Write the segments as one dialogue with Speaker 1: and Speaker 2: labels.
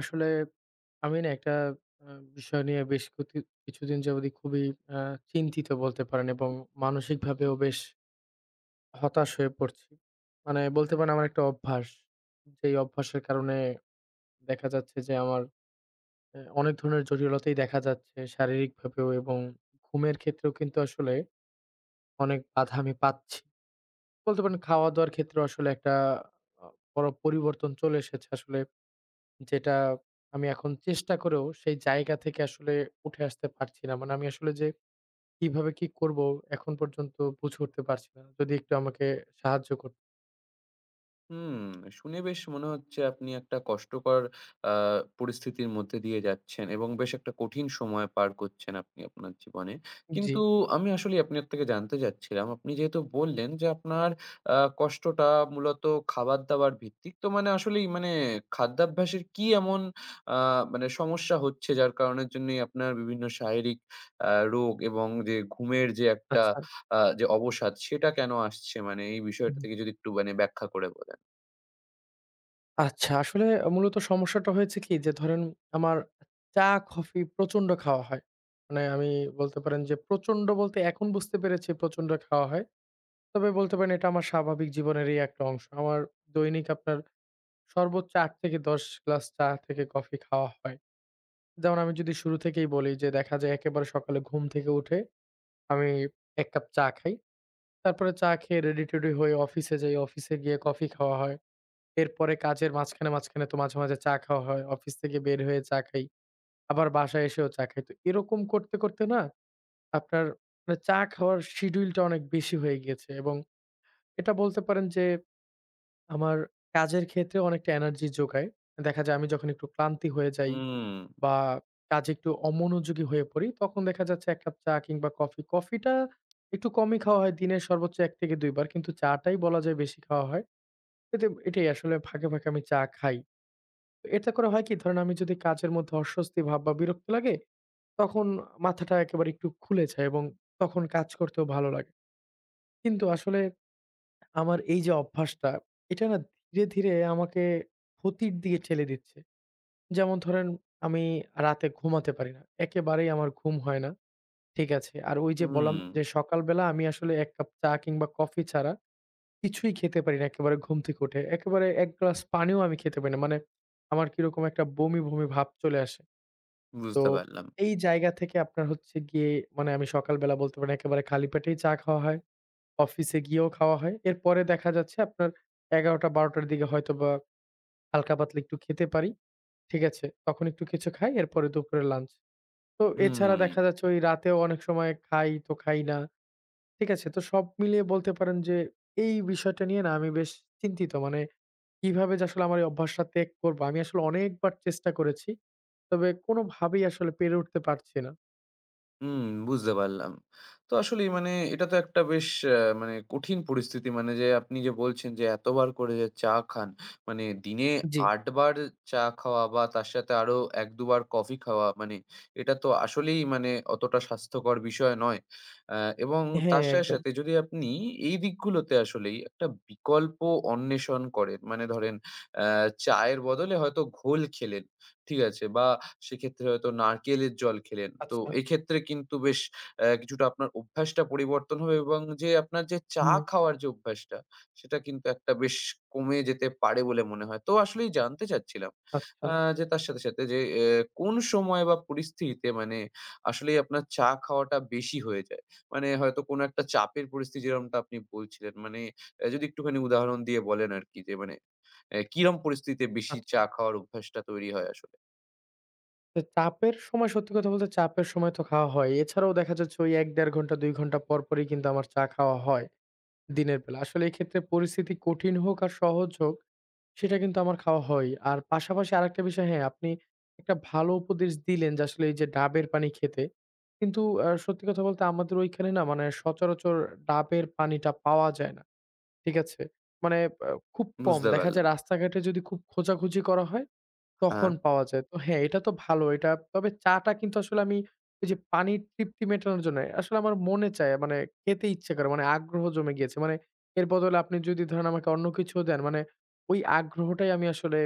Speaker 1: আসলে আমি না একটা আ বিষয় নিয়ে বেশ কিছুদিন যাবতই খুবই আ চিন্তিত বলতে পারেন এবং মানসিকভাবেও বেশ হতাশ হয়ে পড়ছি। মানে বলতে পারেন আমার একটা অভ্যাস। যেই অভ্যাসের কারণে দেখা যাচ্ছে যে আমার অনেক ধরনের জটিলতাই দেখা যাচ্ছে শারীরিকভাবেও এবং ঘুমের ক্ষেত্রেও কিন্তু আসলে অনেক বাধা আমি পাচ্ছি। বলতে পারেন খাওয়া-দাওয়ার ক্ষেত্রেও আসলে একটা আ বড় পরিবর্তন চলে এসেছে আসলে। যেটা আমি এখন চেষ্টা করেও সেই জায়গা থেকে আসলে উঠে আসতে পারছি না। মানে আমি আসলে যে কিভাবে কি করব এখন পর্যন্ত বুঝে উঠতে পারছি না। যদি একটু আমাকে সাহায্য করতেন।
Speaker 2: হুম, শুনে বেশ মনে হচ্ছে আপনি একটা কষ্টকর আ পরিস্থিতির মধ্যে দিয়ে যাচ্ছেন এবং বেশ একটা কঠিন সময় পার করছেন আপনি আপনার জীবনে।
Speaker 1: জি।
Speaker 2: কিন্তু আমি আসলেই আপনার থেকে জানতে চাচ্ছিলাম, আপনি যেহেতু বললেন যে আপনার কষ্টটা মূলত খাবার-দাবার ভিত্তিক। তো মানে আসলেই মানে খাদ্যাভ্যাসের কি এমন আ মানে সমস্যা হচ্ছে যার কারণের জন্যই আপনার বিভিন্ন শারীরিক রোগ এবং যে ঘুমের যে একটা
Speaker 1: আচ্ছা।
Speaker 2: যে অবসাদ সেটা কেন আসছে? মানে এই বিষয়টা
Speaker 1: হুম।
Speaker 2: থেকে যদি একটু মানে ব্যাখ্যা করে বলেন।
Speaker 1: আচ্ছা, আসলে মূলত সমস্যাটা হয়েছে কি যে ধরেন আমার চা, কফি প্রচন্ড খাওয়া হয়। মানে আমি বলতে পারেন যে প্রচন্ড বলতে এখন বুঝতে পেরেছি প্রচন্ড খাওয়া হয়। তবে বলতে পারেন এটা আমার স্বাভাবিক জীবনেরই একটা অংশ। আমার দৈনিক আপনার সর্বোচ্চ ৮ থেকে ১০ গ্লাস চা থেকে কফি খাওয়া হয়। যেমন আমি যদি শুরু থেকেই বলি যে দেখা যায় একেবারে সকালে ঘুম থেকে উঠে আমি ১ কাপ চা খাই। তারপরে চা খেয়ে রেডি টেডি হয়ে অফিসে যাই। অফিসে গিয়ে কফি খাওয়া হয়। এরপরে কাজের মাঝখানে, মাঝখানে তো মাঝে, মাঝে চা খাওয়া হয়। অফিস থেকে বের হয়ে চা খাই। আবার বাসায় এসেও চা খাই। তো এরকম করতে, করতে না আপনার মানে চা খাওয়ার শিডিউলটা অনেক বেশি হয়ে গিয়েছে এবং এটা বলতে পারেন যে আমার কাজের ক্ষেত্রে অনেকটা এনার্জি যোগায়। দেখা যায় আমি যখন একটু ক্লান্তি হয়ে যাই
Speaker 2: হুম,
Speaker 1: বা কাজে একটু অমনোযোগী হয়ে পড়ি, তখন দেখা যাচ্ছে ১ কাপ চা কিংবা কফি। কফিটা একটু কমই খাওয়া হয় দিনের সর্বোচ্চ ১ থেকে ২ বার। কিন্তু চাটাই বলা যায় বেশি খাওয়া হয়। এতে এটাই আসলে ফাঁকে, ফাঁকে আমি চা খাই। তো এতে করে হয় কি ধরেন আমি যদি কাজের মধ্যে অস্বস্তি ভাব বা বিরক্ত লাগে, তখন মাথাটা একেবারে একটু খুলে যায় এবং তখন কাজ করতেও ভালো লাগে। কিন্তু আসলে আমার এই যে অভ্যাসটা, এটা না ধীরে, ধীরে আমাকে ক্ষতির দিকে ঠেলে দিচ্ছে। যেমন ধরেন আমি রাতে ঘুমাতে পারি না। একেবারেই আমার ঘুম হয় না। ঠিক আছে। আর ওই যে বললাম
Speaker 2: হুম,
Speaker 1: যে সকালবেলা আমি আসলে ১ কাপ চা কিংবা কফি ছাড়া কিছুই খেতে পারি না একেবারে ঘুম থেকে উঠে। একেবারে ১ গ্লাস পানিও আমি খেতে পারি না। মানে আমার কিরকম একটা বমি, বমি ভাব চলে আসে। তো
Speaker 2: বুঝতে পারলাম।
Speaker 1: এই জায়গা থেকে আপনার হচ্ছে গিয়ে মানে আমি সকালবেলা বলতে পারেন একেবারে খালি পেটেই চা খাওয়া হয়। অফিসে গিয়েও খাওয়া হয়। এরপরে দেখা যাচ্ছে আপনার ১১:০০-১২:০০ র দিকে হয়তোবা হালকা পাতলা একটু খেতে পারি। ঠিক আছে? তখন একটু কিছু খাই। এরপরে দুপুরে লাঞ্চ। তো
Speaker 2: হুম.
Speaker 1: এছাড়া
Speaker 2: হুম,
Speaker 1: দেখা যাচ্ছে ওই রাতেও অনেক সময় খাই তো খাই না। ঠিক আছে? তো সব মিলিয়ে বলতে পারেন যে এই বিষয়টা নিয়ে না আমি বেশ চিন্তিত। মানে কিভাবে যে আসলে আমার এই অভ্যাসটা ত্যাগ করব? আমি আসলে অনেকবার চেষ্টা করেছি। তবে কোনোভাবেই আসলে পেরে উঠতে পারছি না।
Speaker 2: হুম, বুঝতে পারলাম। তো আসলেই মানে এটা তো একটা বেশ মানে কঠিন পরিস্থিতি। মানে যে আপনি যে বলছেন যে এতবার করে যে চা খান, মানে দিনে
Speaker 1: জি।
Speaker 2: ৮ বার চা খাওয়া বা তার সাথে আরো ১-২ বার কফি খাওয়া মানে এটা তো আসলেই মানে অতটা স্বাস্থ্যকর বিষয় নয়। আ এবং
Speaker 1: হ্যাঁ,
Speaker 2: তার সাথে,
Speaker 1: একদম।
Speaker 2: সাথে যদি আপনি এই দিকগুলোতে আসলেই একটা বিকল্প অন্বেষণ করেন, মানে ধরেন আ চায়ের বদলে হয়তো ঘোল খেলেন, ঠিক আছে? বা সেক্ষেত্রে হয়তো নারকেলের জল খেলেন। তো
Speaker 1: আচ্ছা,
Speaker 2: এক্ষেত্রে কিন্তু বেশ কিছুটা আপনার অভ্যাসটা পরিবর্তন হবে এবং যে আপনার যে চা
Speaker 1: হুম,
Speaker 2: খাওয়ার যে অভ্যাসটা, সেটা কিন্তু একটা বেশ কমে যেতে পারে বলে মনে হয়। তো আসলেই জানতে চাচ্ছিলাম
Speaker 1: আচ্ছা,
Speaker 2: আ যে তার সাথে, সাথে যে কোন সময় বা পরিস্থিতিতে মানে আসলেই আপনার চা খাওয়াটা বেশি হয়ে যায়? মানে হয়তো কোনো একটা চাপের পরিস্থিতি যেরকমটা আপনি বলছিলেন, মানে যদি একটুখানি উদাহরণ দিয়ে বলেন আরকি যে মানে কিরম পরিস্থিতিতে বেশি
Speaker 1: আচ্ছা।
Speaker 2: চা খাওয়ার অভ্যাসটা তৈরি হয় আসলে?
Speaker 1: তো চাপের সময় সত্যি কথা বলতে চাপের সময় তো খাওয়া হয়। এছাড়াও দেখা যাচ্ছে ওই ১ ১/২ ঘন্টা ২ ঘন্টা পর পরই কিন্তু আমার চা খাওয়া হয়। দিনের বেলা। আসলে এক্ষেত্রে পরিস্থিতি কঠিন হোক আর সহজ হোক, সেটা কিন্তু আমার খাওয়া হয়। আর পাশাপাশি আরেকটা বিষয় হ্যাঁ, আপনি একটা ভালো উপদেশ দিলেন যে আসলে এই যে ডাবের পানি খেতে। কিন্তু সত্যি কথা বলতে আমাদের ঐখানে না মানে সচরাচর ডাবের পানিটা পাওয়া যায় না। ঠিক আছে? মানে খুব কম।
Speaker 2: বুঝতে
Speaker 1: দেখা
Speaker 2: পারলাম।
Speaker 1: যায় রাস্তাঘাটে যদি খুব খোঁজাখুঁজি করা হয়
Speaker 2: হ্যাঁ।
Speaker 1: তখন পাওয়া যায়। তো হ্যাঁ, এটা তো ভালো। এটা তবে চাটা কিন্তু আসলে আমি ওই যে পানির তৃপ্তি মেটানোর জন্য আসলে আমার মনে চায় মানে খেতে ইচ্ছে করে। মানে আগ্রহ জমে গিয়েছে। মানে এর বদলে আপনি যদি ধরেন আমাকে অন্য কিছুও দেন, মানে ওই আগ্রহটাই আমি আসলে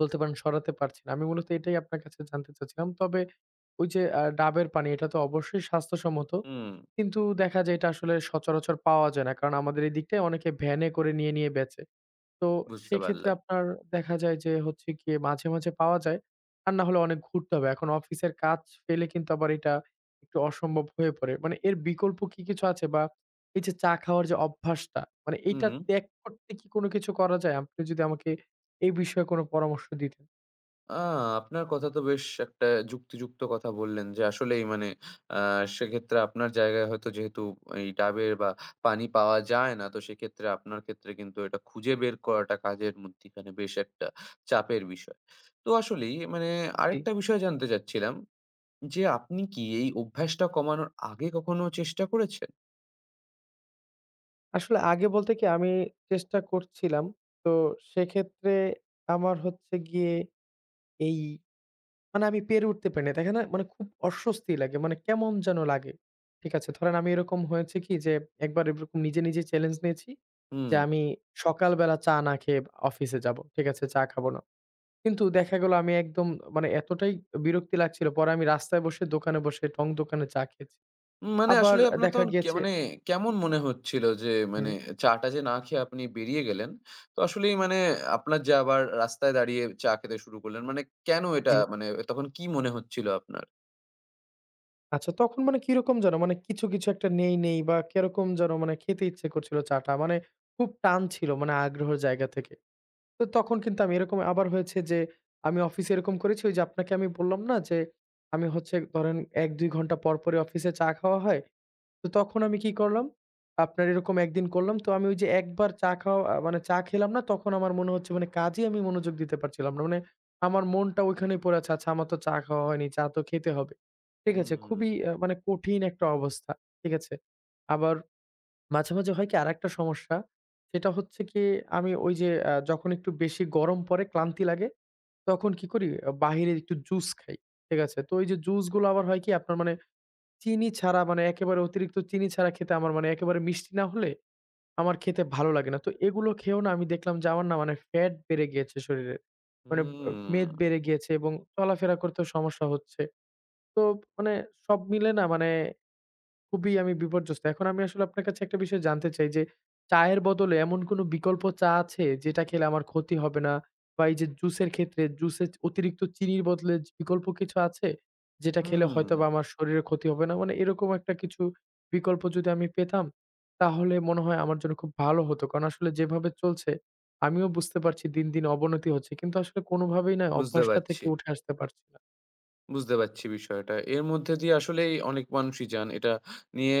Speaker 1: বলতে পারেন সরাতে পারছি না। আমি মূলত এটাই আপনার কাছে জানতে চাচ্ছিলাম। তবে ওই যে ডাবের পানি এটা তো অবশ্যই স্বাস্থ্যসম্মত।
Speaker 2: হুম,
Speaker 1: কিন্তু দেখা যায় এটা আসলে সচরাচর পাওয়া যায় না। কারণ আমাদের এই দিকটায় অনেকে ভ্যানে করে নিয়ে, নিয়ে বেচে। তো
Speaker 2: বুঝতে
Speaker 1: সেক্ষেত্রে
Speaker 2: পারলাম।
Speaker 1: আপনার দেখা যায় যে হচ্ছে গিয়ে মাঝে, মাঝে পাওয়া যায়। আর না হলে অনেক ঘুরতে হবে। এখন অফিসের কাজ ফেলে কিন্তু আবার এটা একটু অসম্ভব হয়ে পড়ে। মানে এর বিকল্প কি কিছু আছে? বা এই যে চা খাওয়ার যে অভ্যাসটা, মানে এইটা
Speaker 2: হুম,
Speaker 1: ত্যাগ করতে কি কোনো কিছু করা যায়? আপনি যদি আমাকে এই বিষয়ে কোনো পরামর্শ দিতেন।
Speaker 2: আ আপনার কথা তো বেশ একটা যুক্তিযুক্ত কথা বললেন যে আসলেই মানে আ সেক্ষেত্রে আপনার জায়গায় হয়তো যেহেতু এই ডাবের বা পানি পাওয়া যায় না, তো সেক্ষেত্রে আপনার ক্ষেত্রে কিন্তু এটা খুঁজে বের করাটা কাজের মধ্যিখানে বেশ একটা চাপের বিষয়। তো আসলেই মানে
Speaker 1: জি।
Speaker 2: আরেকটা বিষয় জানতে চাচ্ছিলাম যে আপনি কি এই অভ্যাসটা কমানোর আগে কখনো চেষ্টা করেছেন?
Speaker 1: আসলে আগে বলতে কি আমি চেষ্টা করছিলাম। তো সেক্ষেত্রে আমার হচ্ছে গিয়ে এই মানে আমি পেরে উঠতে পারি না। দেখেন না মানে খুব অস্বস্তি লাগে। মানে কেমন যেন লাগে। ঠিক আছে? ধরেন আমি এরকম হয়েছে কি যে একবার এরকম নিজে, নিজে চ্যালেঞ্জ নিয়েছি
Speaker 2: হুম।
Speaker 1: যে আমি সকালবেলা চা না খেয়ে অফিসে যাবো। ঠিক আছে? চা খাবো না। কিন্তু দেখা গেল আমি একদম মানে এতটাই বিরক্তি লাগছিল। পরে আমি রাস্তায় বসে দোকানে বসে টং দোকানে চা খেয়েছি।
Speaker 2: মানে
Speaker 1: আবার
Speaker 2: আসলে আপনার
Speaker 1: দেখা
Speaker 2: তখন কে
Speaker 1: গিয়েছে
Speaker 2: মানে কেমন মনে হচ্ছিল যে মানে
Speaker 1: হুম,
Speaker 2: চাটা যে না খেয়ে আপনি বেরিয়ে গেলেন। তো আসলেই মানে আপনার যে আবার রাস্তায় দাঁড়িয়ে চা খেতে শুরু করলেন মানে কেন এটা
Speaker 1: জি।
Speaker 2: মানে তখন কি মনে হচ্ছিল আপনার?
Speaker 1: আচ্ছা তখন মানে কিরকম যেন মানে কিছু, কিছু একটা নেই, নেই বা কিরকম যেন মানে খেতে ইচ্ছে করছিল চাটা। মানে খুব টান ছিল মানে আগ্রহের জায়গা থেকে। তো তখন কিন্তু আমি এরকম আবার হয়েছে যে, আমি অফিসে এরকম করেছি ওই যে আপনাকে আমি বললাম না যে, আমি হচ্ছে ধরেন ১-২ ঘন্টা পর, পরই অফিসে চা খাওয়া হয়। তো তখন আমি কি করলাম, আপনার এরকম একদিন করলাম। তো আমি ওই যে একবার চা খাওয়া মানে চা খেলাম না তখন আমার মনে হচ্ছে মানে কাজেই আমি মনোযোগ দিতে পারছিলাম না। মানে আমার মনটা ওইখানেই পড়ে আছে। আচ্ছা আমার তো চা খাওয়া হয়নি, চা তো খেতে হবে। ঠিক আছে?
Speaker 2: হুম,
Speaker 1: খুবই মানে কঠিন একটা অবস্থা। ঠিক আছে? আবার মাঝে, মাঝে হয় কি আরেকটা সমস্যা, সেটা হচ্ছে কি আমি ওই যে যখন একটু বেশি গরম পড়ে, ক্লান্তি লাগে, তখন কি করি বাহিরে একটু জুস খাই। ঠিক আছে? তো এই যে জুস গুলো আবার হয় কি আপনার মানে চিনি ছাড়া মানে একেবারে অতিরিক্ত চিনি ছাড়া খেতে আমার মানে একেবারে মিষ্টি না হলে আমার খেতে ভালো লাগে না। তো এগুলো খেয়েও না আমি দেখলাম যে আমার না মানে ফ্যাট বেড়ে গিয়েছে শরীরে। মানে মেদ
Speaker 2: হুম,
Speaker 1: বেড়ে গিয়েছে এবং চলাফেরা করতেও সমস্যা হচ্ছে। তো মানে সব মিলে না মানে খুবই আমি বিপর্যস্ত। এখন আমি আসলে আপনার কাছে একটা বিষয় জানতে চাই যে, চায়ের বদলে এমন কোনো বিকল্প চা আছে যেটা খেলে আমার ক্ষতি হবে না? বা এই যে জুসের ক্ষেত্রে জুসে অতিরিক্ত চিনির বদলে যে বিকল্প কিছু আছে? যেটা খেলে
Speaker 2: হুম,
Speaker 1: হয়তোবা আমার শরীরে ক্ষতি হবে না? মানে এরকম একটা কিছু বিকল্প যদি আমি পেতাম, তাহলে মনে হয় আমার জন্য খুব ভালো হতো। কারণ আসলে যেভাবে চলছে, আমিও বুঝতে পারছি দিন, দিন অবনতি হচ্ছে। কিন্তু আসলে কোনোভাবেই না
Speaker 2: বুঝতে
Speaker 1: অভ্যাসটা
Speaker 2: পারছি।
Speaker 1: থেকে উঠে আসতে পারছি না।
Speaker 2: বুঝতে পারছি বিষয়টা। এর মধ্যে দিয়ে আসলেই অনেক মানুষই যান। এটা নিয়ে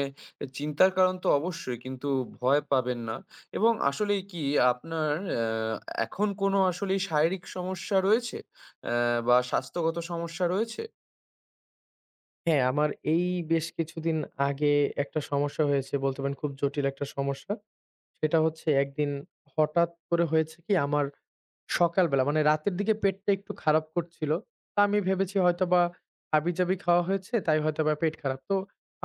Speaker 2: চিন্তার কারণ তো অবশ্যই কিন্তু ভয় পাবেন না। এবং আসলেই কি আপনার এখন কোনো আসলেই শারীরিক সমস্যা রয়েছে? অ্যা বা স্বাস্থ্যগত সমস্যা রয়েছে?
Speaker 1: হ্যাঁ, আমার এই বেশ কিছুদিন আগে একটা সমস্যা হয়েছে বলতে পারেন খুব জটিল একটা সমস্যা। সেটা হচ্ছে একদিন হঠাৎ করে হয়েছে কি আমার সকালবেলা মানে রাতের দিকে পেটটা একটু খারাপ করছিল। তা আমি ভেবেছি হয়তোবা হাবিজাবি খাওয়া হয়েছে তাই হয়তোবা পেট খারাপ। তো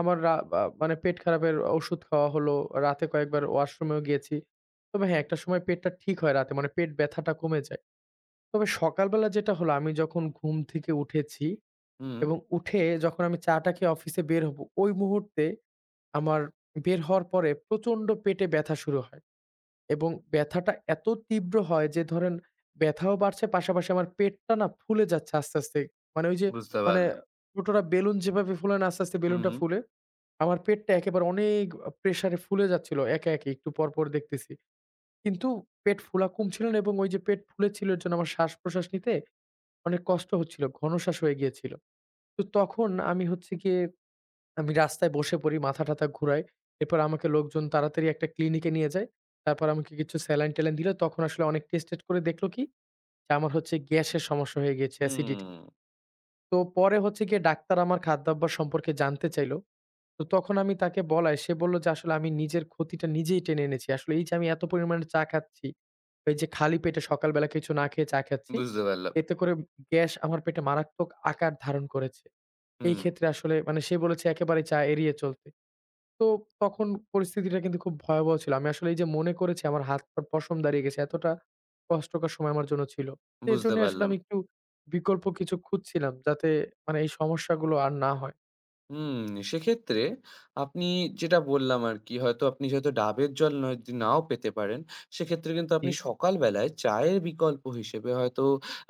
Speaker 1: আমার রা আ মানে পেট খারাপের ওষুধ খাওয়া হলো, রাতে কয়েকবার ওয়াশরুমেও গিয়েছি। তবে হ্যাঁ, একটা সময় পেটটা ঠিক হয় রাতে মানে পেট ব্যথাটা কমে যায়। তবে সকালবেলা যেটা হলো আমি যখন ঘুম থেকে উঠেছি
Speaker 2: হুম,
Speaker 1: এবং উঠে যখন আমি চাটা খেয়ে অফিসে বের হব, ওই মুহূর্তে আমার বের হওয়ার পরে প্রচন্ড পেটে ব্যথা শুরু হয় এবং ব্যথাটা এত তীব্র হয় যে ধরেন ব্যথাও বাড়ছে পাশাপাশি আমার পেটটা না ফুলে যাচ্ছে আস্তে, আস্তে। মানে ওই যে
Speaker 2: বুঝতে
Speaker 1: মানে
Speaker 2: পারলাম।
Speaker 1: ছোটরা বেলুন যেভাবে ফুলে না আস্তে, আস্তে বেলুনটা
Speaker 2: হুম,
Speaker 1: ফুলে, আমার পেটটা একেবারে অনেক প্রেশারে ফুলে যাচ্ছিল একে, একে একটু পর, পর দেখতেছি। কিন্তু পেট ফোলা কমছিল না এবং ওই যে পেট ফুলেছিল এর জন্য আমার শ্বাস-প্রশ্বাস নিতে অনেক কষ্ট হচ্ছিল। ঘনশ্বাস হয়ে গিয়েছিল। তো তখন আমি হচ্ছে গিয়ে আমি রাস্তায় বসে পড়ি, মাথা-টাথা ঘুরাই। এরপর আমাকে লোকজন তাড়াতাড়ি একটা ক্লিনিকে নিয়ে যায়। তারপর আমাকে কিছু স্যালাইন-ট্যালাইন দিল। তখন আসলে অনেক টেস্ট-টেস্ট করে দেখল কি? যে আমার হচ্ছে গ্যাসের সমস্যা হয়ে গিয়েছে, অ্যাসিডিটি।
Speaker 2: হুম,
Speaker 1: তো পরে হচ্ছে গিয়ে ডাক্তার আমার খাদ্যাভ্যাস সম্পর্কে জানতে চাইল। তো তখন আমি তাকে বলায় সে বলল যে, "আসলে আমি নিজের ক্ষতিটা নিজেই টেনে এনেছি। আসলে এই যে আমি এত পরিমাণে চা খাচ্ছি, এই যে খালি পেটে সকালবেলা কিছু না খেয়ে চা খাচ্ছি,
Speaker 2: বুঝতে পারলাম।
Speaker 1: এতে করে গ্যাস আমার পেটে মারাত্মক আকার ধারণ করেছে।" এই
Speaker 2: হুম,
Speaker 1: ক্ষেত্রে আসলে মানে সে বলেছে একেবারে চা এড়িয়ে চলতে। তো তখন পরিস্থিতিটা কিন্তু খুব ভয়াবহ ছিল। আমি আসলে এই যে মনে করেছি আমার হাত-পা পশম দাঁড়িয়ে গেছে। এতটা কষ্টকর সময় আমার জন্য ছিল। তো
Speaker 2: বুঝতে
Speaker 1: এজন্যই আসলে
Speaker 2: পারলাম।
Speaker 1: আমি একটু বিকল্প কিছু খুঁজছিলাম যাতে মানে এই সমস্যাগুলো আর না হয়।
Speaker 2: হুম, সেক্ষেত্রে আপনি যেটা বললাম আরকি, হয়তো আপনি যেহেতু ডাবের জল নয় যদি নাও পেতে পারেন, সেক্ষেত্রে কিন্তু
Speaker 1: জি,
Speaker 2: আপনি সকাল বেলায় চায়ের বিকল্প হিসেবে হয়তো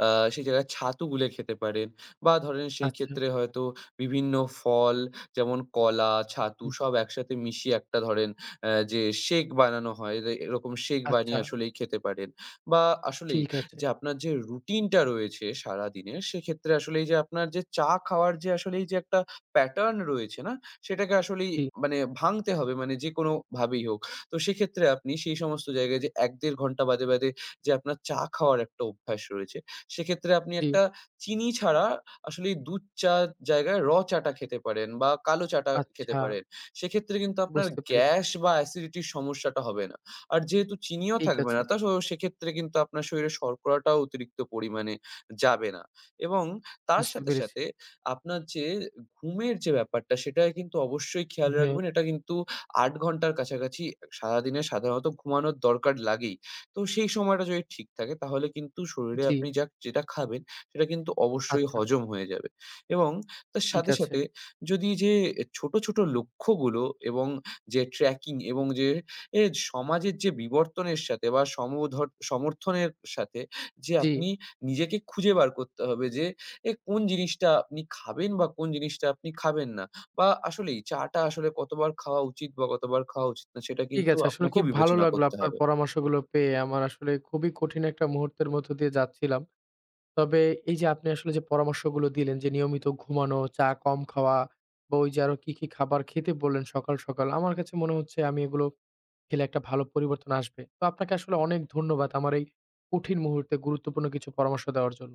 Speaker 2: আ সেই জায়গায় ছাতু গুলে খেতে পারেন বা ধরেন সেই
Speaker 1: আচ্ছা,
Speaker 2: ক্ষেত্রে হয়তো বিভিন্ন ফল যেমন কলা, ছাতু
Speaker 1: হুম,
Speaker 2: সব একসাথে মিশিয়ে একটা ধরেন যে শেক বানানো হয়, এরকম শেক বানিয়ে
Speaker 1: আচ্ছা,
Speaker 2: আসলেই খেতে পারেন। বা আসলেই
Speaker 1: ঠিক আছে।
Speaker 2: যে আপনার যে রুটিনটা রয়েছে সারাদিনের, সেক্ষেত্রে আসলে এই যে আপনার যে চা খাওয়ার যে আসলে এই যে একটা প্যাটার্ন রয়েছে না? সেটাকে আসলেই
Speaker 1: জি,
Speaker 2: মানে ভাঙতে হবে মানে যেকোনোভাবেই হোক। তো সেক্ষেত্রে আপনি সেই সমস্ত জায়গায় যে ১-১.৫ ঘন্টা বাদে, বাদে যে আপনার চা খাওয়ার একটা অভ্যাস রয়েছে, সেক্ষেত্রে আপনি
Speaker 1: জি,
Speaker 2: একটা চিনি ছাড়া আসলেই দুধ চার জায়গায় র চাটা খেতে পারেন বা কালো চাটা খেতে
Speaker 1: আচ্ছা,
Speaker 2: পারেন। সেক্ষেত্রে কিন্তু আপনার
Speaker 1: বুঝতে পেরেছি।
Speaker 2: গ্যাস বা অ্যাসিডিটির সমস্যাটা হবে না। আর যেহেতু চিনিও
Speaker 1: ঠিক
Speaker 2: থাকবে না
Speaker 1: আছে,
Speaker 2: তা সো সেক্ষেত্রে কিন্তু আপনার শরীরে শর্করাটাও অতিরিক্ত পরিমাণে যাবে না এবং তার
Speaker 1: বুঝতে
Speaker 2: সাথে,
Speaker 1: পেরেছি।
Speaker 2: সাথে আপনার যে ঘুমের যে ব্যাপারটা সেটায় কিন্তু অবশ্যই খেয়াল
Speaker 1: হ্যাঁ,
Speaker 2: রাখবেন। এটা কিন্তু ৮ ঘন্টার কাছাকাছি সারাদিনে সাধারণত ঘুমানোর দরকার লাগেই। তো সেই সময়টা যদি ঠিক থাকে তাহলে কিন্তু শরীরে
Speaker 1: জি,
Speaker 2: আপনি যা যেটা খাবেন সেটা কিন্তু অবশ্যই
Speaker 1: আচ্ছা,
Speaker 2: হজম হয়ে যাবে। এবং তার
Speaker 1: ঠিক
Speaker 2: সাথে,
Speaker 1: আছে।
Speaker 2: সাথে যদি যে ছোট, ছোট লক্ষ্যগুলো এবং যে ট্র্যাকিং এবং যে এ সমাজের যে বিবর্তনের সাথে বা সমর্থনের সাথে যে
Speaker 1: জি,
Speaker 2: আপনি নিজেকে খুঁজে বার করতে হবে যে কোন জিনিসটা আপনি খাবেন বা কোন জিনিসটা আপনি খাবেন না? বা আসলেই চা টা আসলে কতবার খাওয়া উচিত বা কতবার খাওয়া উচিত না সেটা
Speaker 1: ঠিক
Speaker 2: কিন্তু
Speaker 1: আছে। আসলে
Speaker 2: আপনাকে
Speaker 1: খুব ভালো
Speaker 2: বিবেচনা
Speaker 1: লাগলো
Speaker 2: করতে
Speaker 1: আপনার
Speaker 2: হবে।
Speaker 1: পরামর্শগুলো পেয়ে। আমার আসলে খুবই কঠিন একটা মুহূর্তের মধ্য দিয়ে যাচ্ছিলাম। তবে এই যে আপনি আসলে যে পরামর্শগুলো দিলেন যে নিয়মিত ঘুমানো, চা কম খাওয়া বা ওই যে আরো কি, কি খাবার খেতে বললেন সকাল, সকাল। আমার কাছে মনে হচ্ছে আমি এগুলো খেলে একটা ভালো পরিবর্তন আসবে। তো আপনাকে আসলে অনেক ধন্যবাদ আমার এই কঠিন মুহূর্তে গুরুত্বপূর্ণ কিছু পরামর্শ দেওয়ার জন্য।